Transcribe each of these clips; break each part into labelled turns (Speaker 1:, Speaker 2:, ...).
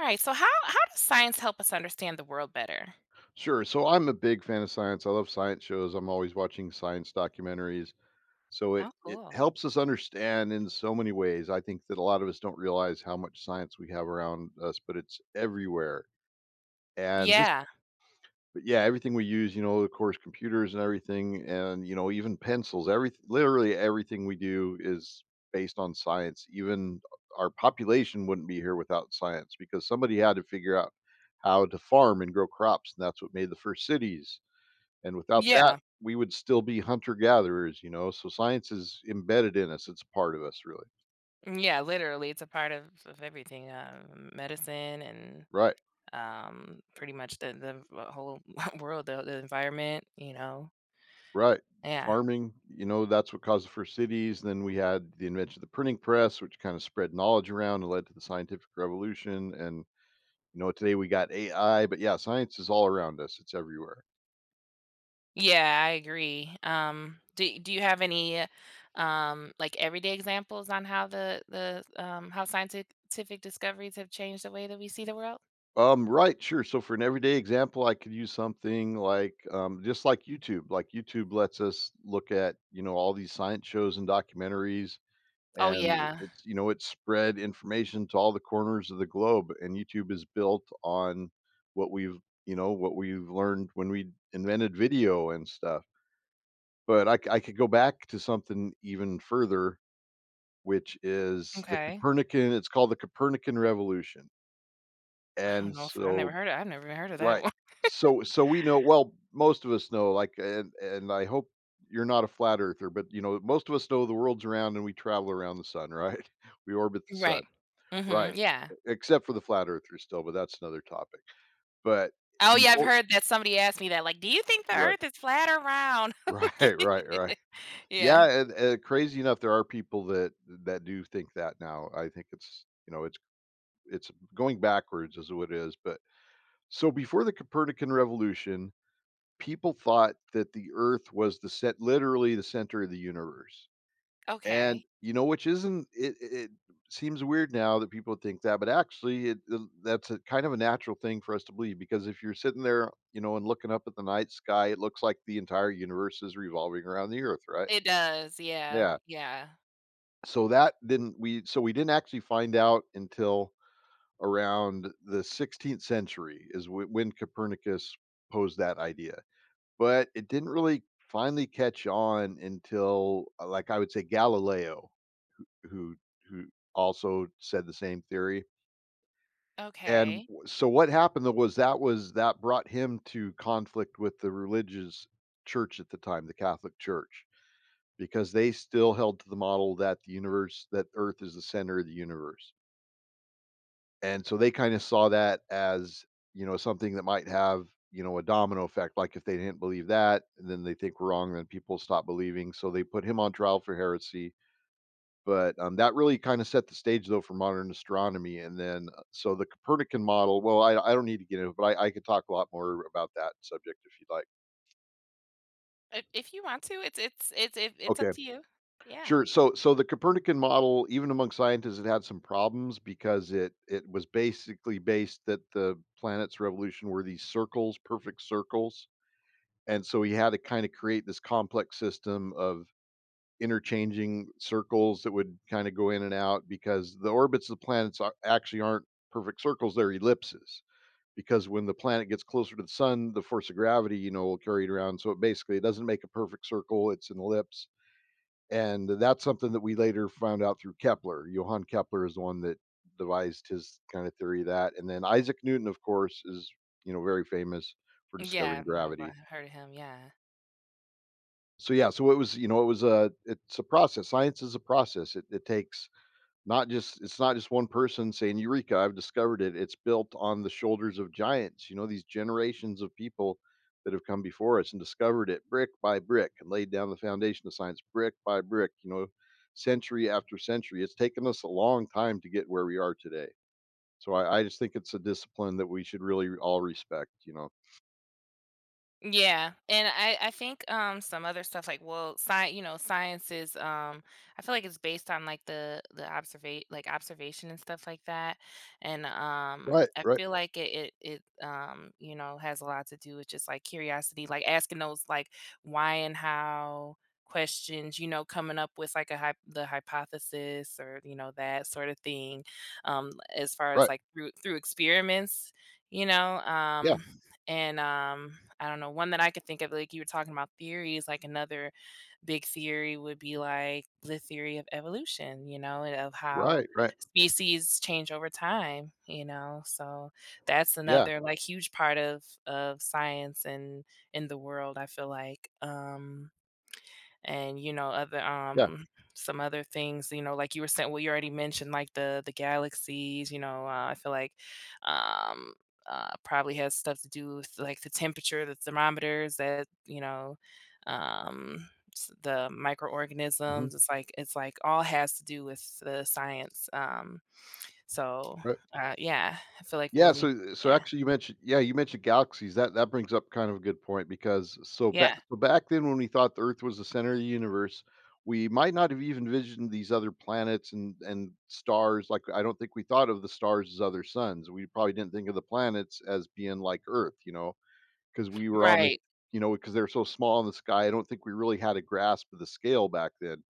Speaker 1: All right. So how does science help us understand the world better?
Speaker 2: Sure. So I'm a big fan of science. I love science shows. I'm always watching science documentaries. So it
Speaker 1: Oh,
Speaker 2: it
Speaker 1: cool.
Speaker 2: helps us understand in so many ways. I think that a lot of us don't realize how much science we have around us, but it's everywhere. And just
Speaker 1: Yeah.
Speaker 2: but yeah, everything we use, you know, of course, computers and everything, and you know, even pencils. Everything, literally everything we do is based on science. Even our population wouldn't be here without science because somebody had to figure out how to farm and grow crops, and that's what made the first cities and without that,
Speaker 1: Yeah.
Speaker 2: we would still be hunter gatherers, you know? So science is embedded in us. It's a part of us, really.
Speaker 1: Yeah, literally it's a part of everything. Medicine and
Speaker 2: Right,
Speaker 1: pretty much the whole world, the environment, you know.
Speaker 2: right.
Speaker 1: Yeah.
Speaker 2: Farming, you know, that's what caused the first cities. Then we had the invention of the printing press, which kind of spread knowledge around and led to the scientific revolution. And, you know, today we got AI, but yeah, science is all around us, it's everywhere.
Speaker 1: Yeah, I agree. Do you have any like everyday examples on how the how scientific discoveries have changed the way that we see the world?
Speaker 2: Right, sure. So for an everyday example, I could use something like just like YouTube. Like YouTube lets us look at, you know, all these science shows and documentaries,
Speaker 1: Oh
Speaker 2: and
Speaker 1: yeah.
Speaker 2: it's, you know, it spread information to all the corners of the globe, and YouTube is built on what we've you know, what we've learned when we invented video and stuff. But I could go back to something even further, which is the
Speaker 1: Okay.
Speaker 2: Copernican it's called the Copernican revolution, and so
Speaker 1: I've never even heard of that.
Speaker 2: right. So we know, well, most of us know, like, and I hope you're not a flat earther, but, you know, most of us know the world's round and we travel around the sun, right? We orbit the sun.
Speaker 1: Right.
Speaker 2: Right,
Speaker 1: Mhm, yeah.
Speaker 2: e except for the flat earthers still, but that's another topic. But
Speaker 1: Oh, yeah, I've
Speaker 2: before
Speaker 1: heard that. Somebody asked me that, like, "Do you think the
Speaker 2: right,
Speaker 1: Earth is flat or round?"
Speaker 2: right, right, right. Yeah,
Speaker 1: Yeah,
Speaker 2: and crazy enough, there are people that do think that now. I think it's, you know, it's going backwards is what it is, but so before the Copernican revolution, people thought that the Earth was the set literally the center of the universe. And
Speaker 1: okay.
Speaker 2: you know, which isn't it seems weird now that people think that, but actually it th that's a kind of a natural thing for us to believe because if you're sitting there, you know, and looking up at the night sky, it looks like the entire universe is revolving around the Earth, right?
Speaker 1: It does, yeah,
Speaker 2: Yeah.
Speaker 1: yeah.
Speaker 2: So that didn't we so we didn't actually find out until around the 16th century is when Copernicus posed that idea. But it didn't really finally catch on until, like, I would say Galileo, who who also said the same theory. And
Speaker 1: Okay.
Speaker 2: w so what happened though was that brought him to conflict with the religious church at the time, the Catholic Church, because they still held to the model that the universe that Earth is the center of the universe. And so they kinda saw that as, you know, something that might have, you know, a domino effect, like, if they didn't believe that, then they think we're wrong, then people stop believing, so they put him on trial for heresy. But, that really kinda set the stage, though, for modern astronomy, and then, so the Copernican model, well, I don't need to get into it, but I could talk a lot more about that subject if you'd like.
Speaker 1: If you want to, it's up
Speaker 2: Okay,
Speaker 1: to you. Yeah.
Speaker 2: sure. So so the Copernican model, even among scientists, it had some problems because it was basically based that the planet's revolution were these circles, perfect circles, and so he had to kinda create this complex system of interchanging circles that would kind of go in and out because the orbits of the planets are, actually aren't perfect circles, they're ellipses. Because when the planet gets closer to the sun, the force of gravity, you know, will carry it around. So it basically it doesn't make a perfect circle, it's an ellipse. And that's something that we later found out through Kepler. Johann Kepler is the one that devised his kind of theory of that. And then Isaac Newton, of course, is, you know, very famous for discovering
Speaker 1: Yeah, no, but I
Speaker 2: gravity.
Speaker 1: heard of him, yeah.
Speaker 2: So yeah, so it was, you know, it was a, it's a process, science is a process, it takes. Not just, it's not just one person saying, "Eureka, I've discovered it." It's built on the shoulders of giants, you know, these generations of people that have come before us and discovered it brick by brick and laid down the foundation of science brick by brick, you know, century after century. It's taken us a long time to get where we are today. So I just think it's a discipline that we should really all respect, you know.
Speaker 1: Yeah, and I think, some other stuff, like, well, science is, I feel like it's based on, like, the observa like, observation and stuff like that, and,
Speaker 2: Right,
Speaker 1: I
Speaker 2: right,
Speaker 1: feel like it you know, has a lot to do with just, like, curiosity, like, asking those, like, why and how questions, you know, coming up with, like, a hy the hypothesis or, you know, that sort of thing, as far as,
Speaker 2: right.
Speaker 1: like, through experiments, you know,
Speaker 2: Yeah,
Speaker 1: and I don't know, one that I could think of, like you were talking about theories, like another big theory would be like the theory of evolution, you know, and of how
Speaker 2: right, right.
Speaker 1: species change over time, you know, so that's
Speaker 2: Yeah,
Speaker 1: another like huge part of science and in the world, I feel like, and you know, other
Speaker 2: yeah.
Speaker 1: some other things, you know, like you were saying, well, you already mentioned like the galaxies, you know. I feel like, um probably has stuff to do with like the temperature, the thermometers, that you know, um the
Speaker 2: Mhm.
Speaker 1: microorganisms, it's like, it's like all has to do with the science. So
Speaker 2: Right.
Speaker 1: yeah, I feel like
Speaker 2: Yeah,
Speaker 1: when we
Speaker 2: so so
Speaker 1: yeah,
Speaker 2: actually you mentioned, yeah, you mentioned galaxies. That brings up kind of a good point because
Speaker 1: yeah,
Speaker 2: so back then when we thought the Earth was the center of the universe, we might not have even envisioned these other planets and stars. Like I don't think we thought of the stars as other suns. We probably didn't think of the planets as being like Earth, you know, because we were on this,
Speaker 1: right.
Speaker 2: you know, because they're so small in the sky. I don't think we really had a grasp of the scale back then.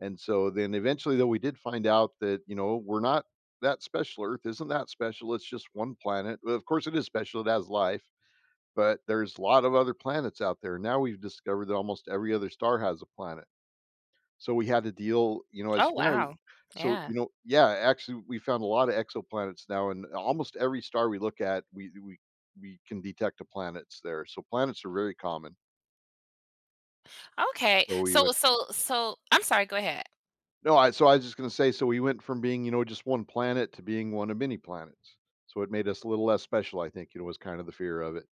Speaker 2: And so then eventually though we did find out that, you know, we're not that special. Earth isn't that special. It's just one planet. Well, of course it is special. It has life, but there's a lot of other planets out there. Now we've discovered that almost every other star has a planet. So we had to deal, you know, as
Speaker 1: Oh
Speaker 2: humanity.
Speaker 1: wow.
Speaker 2: So,
Speaker 1: Yeah,
Speaker 2: you know, yeah, actually we found a lot of exoplanets now and almost every star we look at, we can detect a planets there. So planets are very common.
Speaker 1: okay.
Speaker 2: So we
Speaker 1: so
Speaker 2: went
Speaker 1: so so I'm sorry, go ahead.
Speaker 2: No, I so I was just gonna say, so we went from being, you know, just one planet to being one of many planets. So it made us a little less special, I think, you know, was kind of the fear of it.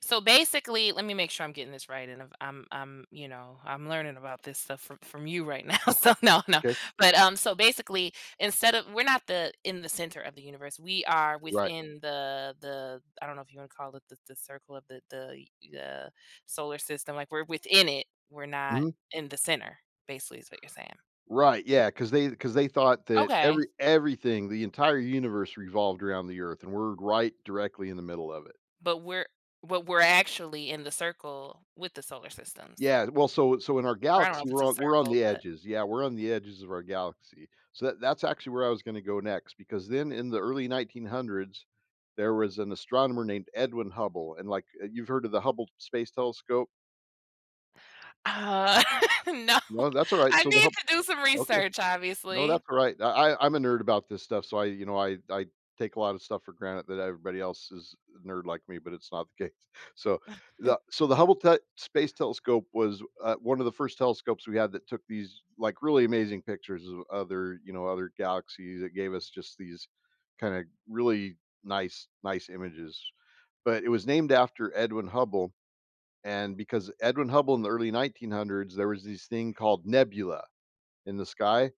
Speaker 1: So basically, let me make sure I'm getting this right, and if I'm you know, I'm learning about this stuff from you right now. So no, no,
Speaker 2: Okay.
Speaker 1: but um, so basically, instead of we're not the in the center of the universe, we are
Speaker 2: Right.
Speaker 1: within the I don't know if you want to call it the circle of the solar system. Like we're within it. We're not
Speaker 2: Mhm.
Speaker 1: in the center. Basically, is what you're saying.
Speaker 2: Right, yeah. Because they thought that
Speaker 1: Okay,
Speaker 2: everything, the entire universe revolved around the Earth, and we're right directly in the middle of it.
Speaker 1: but we're, but we're actually in the circle with the solar systems.
Speaker 2: Yeah, well, so so in our
Speaker 1: Or I don't know
Speaker 2: galaxy,
Speaker 1: if it's a
Speaker 2: we're on
Speaker 1: circle,
Speaker 2: the
Speaker 1: but
Speaker 2: edges. Yeah, we're on the edges of our galaxy. So that's actually where I was gonna go next, because then in the early 1900s, there was an astronomer named Edwin Hubble, and, like, you've heard of the Hubble Space Telescope?
Speaker 1: Uh, no.
Speaker 2: No, that's alright,
Speaker 1: I
Speaker 2: so the
Speaker 1: need
Speaker 2: Hubble.
Speaker 1: to do some
Speaker 2: Okay.
Speaker 1: research,
Speaker 2: No,
Speaker 1: obviously.
Speaker 2: that's all right. I'm a nerd about this stuff, so I, you know, I take a lot of stuff for granted that everybody else is a nerd like me, but it's not the case. So so the
Speaker 1: Mhm.
Speaker 2: Space Telescope was one of the first telescopes we had that took these like really amazing pictures of other, you know, other galaxies. It gave us just these kind of really nice images. But it was named after Edwin Hubble, and because Edwin Hubble in the early 1900s, there was this thing called nebula in the sky.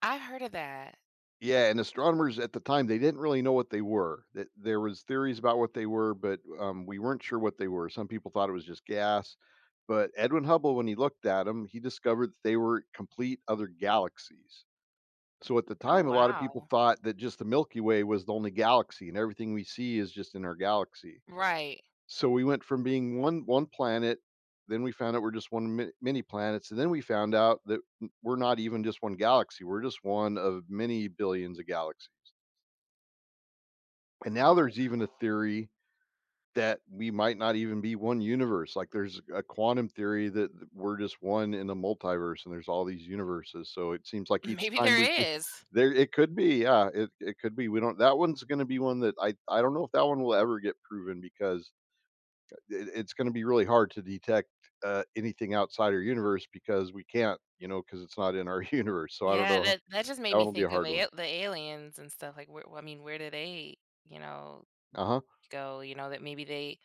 Speaker 1: I heard of that.
Speaker 2: Yeah, and astronomers at the time, they didn't really know what they were. Th There was theories about what they were, but, we weren't sure what they were. Some people thought it was just gas, but Edwin Hubble, when he looked at them, he discovered that they were complete other galaxies. So, at the
Speaker 1: Oh,
Speaker 2: time, a lot of people
Speaker 1: wow.
Speaker 2: thought that just the Milky Way was the only galaxy, and everything we see is just in our galaxy.
Speaker 1: Right.
Speaker 2: So, we went from being one planet, then we found out we're just one mi many planets, and then we found out that w we're not even just one galaxy, we're just one of many billions of galaxies. And now
Speaker 1: Oh,
Speaker 2: there's even a
Speaker 1: wow.
Speaker 2: theory that we might not even be one universe. Like there's a quantum theory that we're just one in a multiverse and there's all these universes. So it seems like each
Speaker 1: Maybe
Speaker 2: time we
Speaker 1: there is.
Speaker 2: there it could be, yeah, it could be. We don't, that one's gonna be one that I don't know if that one will ever get proven because it's gonna be really hard to detect anything outside our universe because we can't, you know, because it's not in our universe. So I don't
Speaker 1: Yeah,
Speaker 2: know.
Speaker 1: that that just
Speaker 2: That
Speaker 1: made
Speaker 2: one
Speaker 1: me
Speaker 2: will be a
Speaker 1: think of
Speaker 2: hard
Speaker 1: a
Speaker 2: one.
Speaker 1: the aliens and stuff, like, where, well, I mean, where do they, you know,
Speaker 2: Uh huh.
Speaker 1: go? You know, that maybe they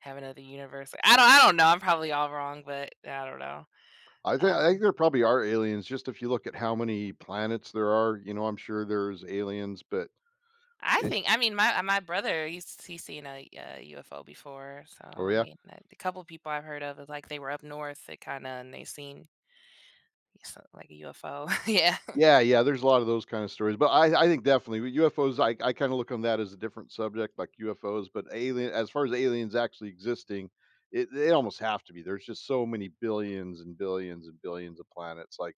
Speaker 1: have another universe. I don't know, I'm probably all wrong, but I don't know.
Speaker 2: I think
Speaker 1: Um,
Speaker 2: there probably are aliens, just if you look at how many planets there are, you know, I'm sure there's aliens, but
Speaker 1: I
Speaker 2: it.
Speaker 1: think, I mean, my brother, he's seen a, UFO before, so,
Speaker 2: Oh,
Speaker 1: I
Speaker 2: yeah?
Speaker 1: mean, a the couple people I've heard of is, like, they were up north, they kinda and they seen s, like, a UFO. Yeah.
Speaker 2: Yeah, yeah, there's a lot of those kind of stories, but I think definitely with UFOs, I kinda look on that as a different subject, like UFOs, but alien as far as aliens actually existing, it they almost have to be. There's just so many billions and billions and billions of planets, like,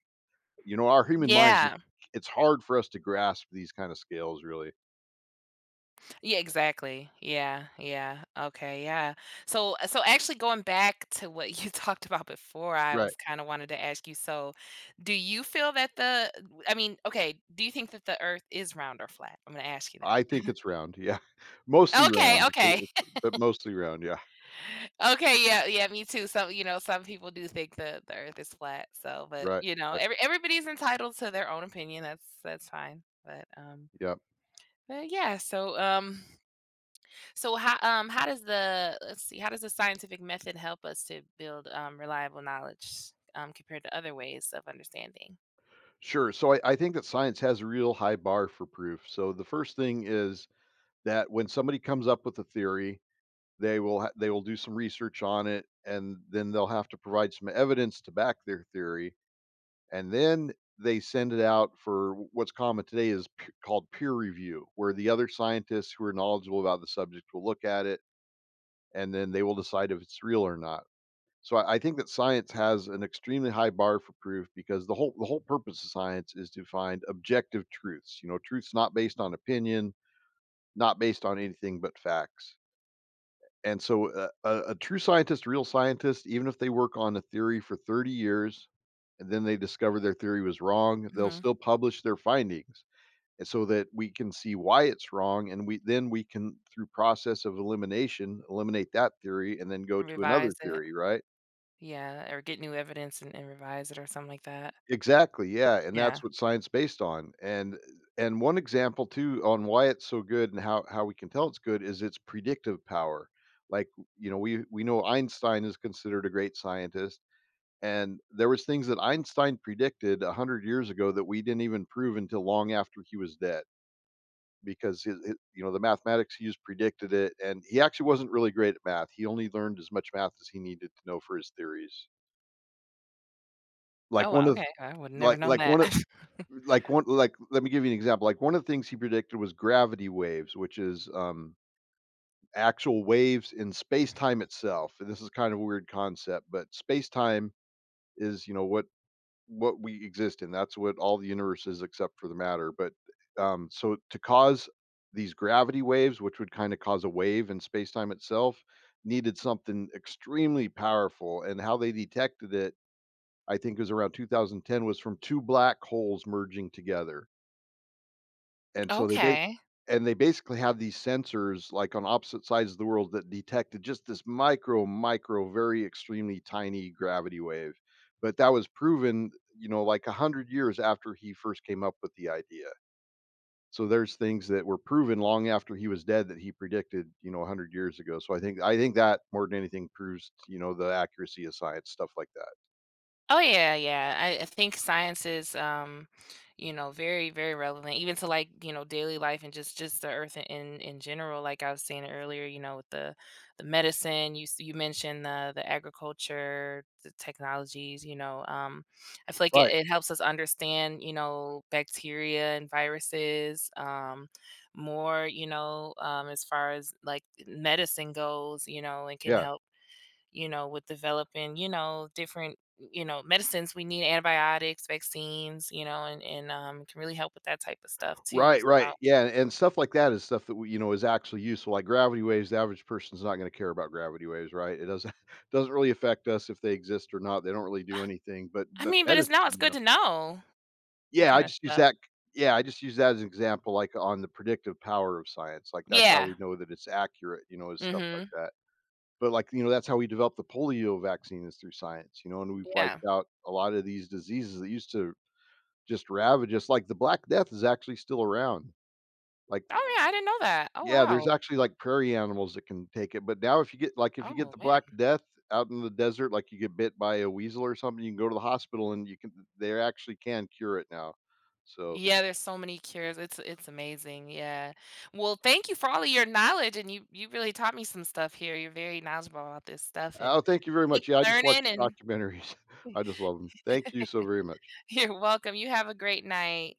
Speaker 2: you know, our human mind,
Speaker 1: Yeah.
Speaker 2: it's hard for us to grasp these kind of scales, really.
Speaker 1: Yeah, exactly. Yeah, yeah. Okay, yeah. So actually going back to what you talked about before, I
Speaker 2: Right.
Speaker 1: was kinda wanted to ask you, so, do you feel that the, I mean, okay, do you think that the Earth is round or flat? I'm gonna ask you that.
Speaker 2: I think it's round, yeah. Mostly
Speaker 1: Okay,
Speaker 2: round, I
Speaker 1: okay.
Speaker 2: it's but mostly round, yeah.
Speaker 1: Okay, yeah, yeah, me too. Some, you know, some people do think the Earth is flat. So, but
Speaker 2: Right,
Speaker 1: you know,
Speaker 2: right.
Speaker 1: everybody's entitled to their own opinion. That's fine.
Speaker 2: Yeah.
Speaker 1: But yeah. So so how, how does the, let's see, how does the scientific method help us to build reliable knowledge compared to other ways of understanding?
Speaker 2: Sure. So I think that science has a real high bar for proof. So the first thing is that when somebody comes up with a theory, they will they will do some research on it and then they'll have to provide some evidence to back their theory, and then they send it out for what's common today is called peer review, where the other scientists who are knowledgeable about the subject will look at it and then they will decide if it's real or not. So I think that science has an extremely high bar for proof, because the whole purpose of science is to find objective truths. You know, truths not based on opinion, not based on anything but facts. And so a true scientist, real scientist, even if they work on a theory for 30 years and then they discover their theory was wrong, they'll
Speaker 1: Hmm.
Speaker 2: still publish their findings. And so that we can see why it's wrong, and we then we can, through process of elimination, eliminate that theory and then go to another
Speaker 1: Revise it,
Speaker 2: theory, right?
Speaker 1: yeah, or get new evidence and revise it or something like that.
Speaker 2: Exactly, yeah, and that's
Speaker 1: Yeah.
Speaker 2: what science based on, and one example too on why it's so good and how we can tell it's good is its predictive power. Like, you know, we know Einstein is considered a great scientist, and there was things that Einstein predicted 100 years ago that we didn't even prove until long after he was dead, because you know, the mathematics he used predicted it. And he actually wasn't really great at math. He only learned as much math as he needed to know for his theories. Like
Speaker 1: Oh, wow.
Speaker 2: one of
Speaker 1: Okay. I would have never known
Speaker 2: like
Speaker 1: that.
Speaker 2: one like one Like let me give you an example. Like one of the things he predicted was gravity waves, which is actual waves in space-time itself. And this is kind of a weird concept, but space-time is, you know, what we exist in. That's what all the universe is, except for the matter. But so to cause these gravity waves, which would kind of cause a wave in space-time itself, needed something extremely powerful. And how they detected it, I think it was around 2010, was from two black holes merging together. And so they ba
Speaker 1: Okay.
Speaker 2: and they basically have these sensors, like, on opposite sides of the world that detected just this micro, micro, very extremely tiny gravity wave. But that was proven, you know, like, 100 years after he first came up with the idea. So there's things that were proven long after he was dead that he predicted, you know, 100 years ago. So I think that more than anything proves, you know, the accuracy of science, stuff like that.
Speaker 1: Oh yeah, yeah. I think science is, you know, very, very relevant, even to like, you know, daily life and just the earth in general. Like I was saying earlier, you know, with the medicine, you s- you mentioned the agriculture, the technologies. You know, I feel like it,
Speaker 2: Right.
Speaker 1: it helps us understand, you know, bacteria and viruses, more. You know, as far as like medicine goes, you know, and can
Speaker 2: Yeah.
Speaker 1: help, you know, with developing, you know, different, you know, medicines. We need antibiotics, vaccines, you know, and can really help with that type of stuff too.
Speaker 2: Right,
Speaker 1: So
Speaker 2: right. Yeah, and stuff like that is stuff that we, you know, is actually useful. Like gravity waves, the average person's not gonna care about gravity waves, right? It doesn't doesn't really affect us if they exist or not, they don't really do anything,
Speaker 1: I
Speaker 2: but
Speaker 1: mean, but it's
Speaker 2: medicine,
Speaker 1: now it's
Speaker 2: you
Speaker 1: good
Speaker 2: know.
Speaker 1: to know that
Speaker 2: Yeah, I
Speaker 1: kind of
Speaker 2: just use
Speaker 1: stuff.
Speaker 2: that Yeah, I just use that as an example, like, on the predictive power of science, like, that's how we
Speaker 1: Yeah.
Speaker 2: know that it's accurate, you know, is stuff like
Speaker 1: Mm-hmm.
Speaker 2: that. But, like, you know, that's how we developed the polio vaccine, is through science, you know, and we've
Speaker 1: Yeah.
Speaker 2: wiped out a lot of these diseases that used to just ravage us, like, the Black Death is actually still around. Like,
Speaker 1: Oh yeah, I didn't know that. Oh
Speaker 2: yeah, there's
Speaker 1: wow.
Speaker 2: actually, like, prairie animals that can take it, but now if you get like, if you get
Speaker 1: Oh
Speaker 2: the
Speaker 1: man.
Speaker 2: black death out in the desert, like, you get bit by a weasel or something, you can go to the hospital and you can, they actually can cure it now. So,
Speaker 1: Yeah, there's so many cures. It's amazing. Yeah. Well, thank you for all of your knowledge and you really taught me some stuff here. You're very knowledgeable about this stuff
Speaker 2: oh,
Speaker 1: and
Speaker 2: thank you very
Speaker 1: keep
Speaker 2: much. Yeah, I just watch
Speaker 1: learning and
Speaker 2: documentaries. I just love them. Thank you so very much.
Speaker 1: you're welcome. You have a great night.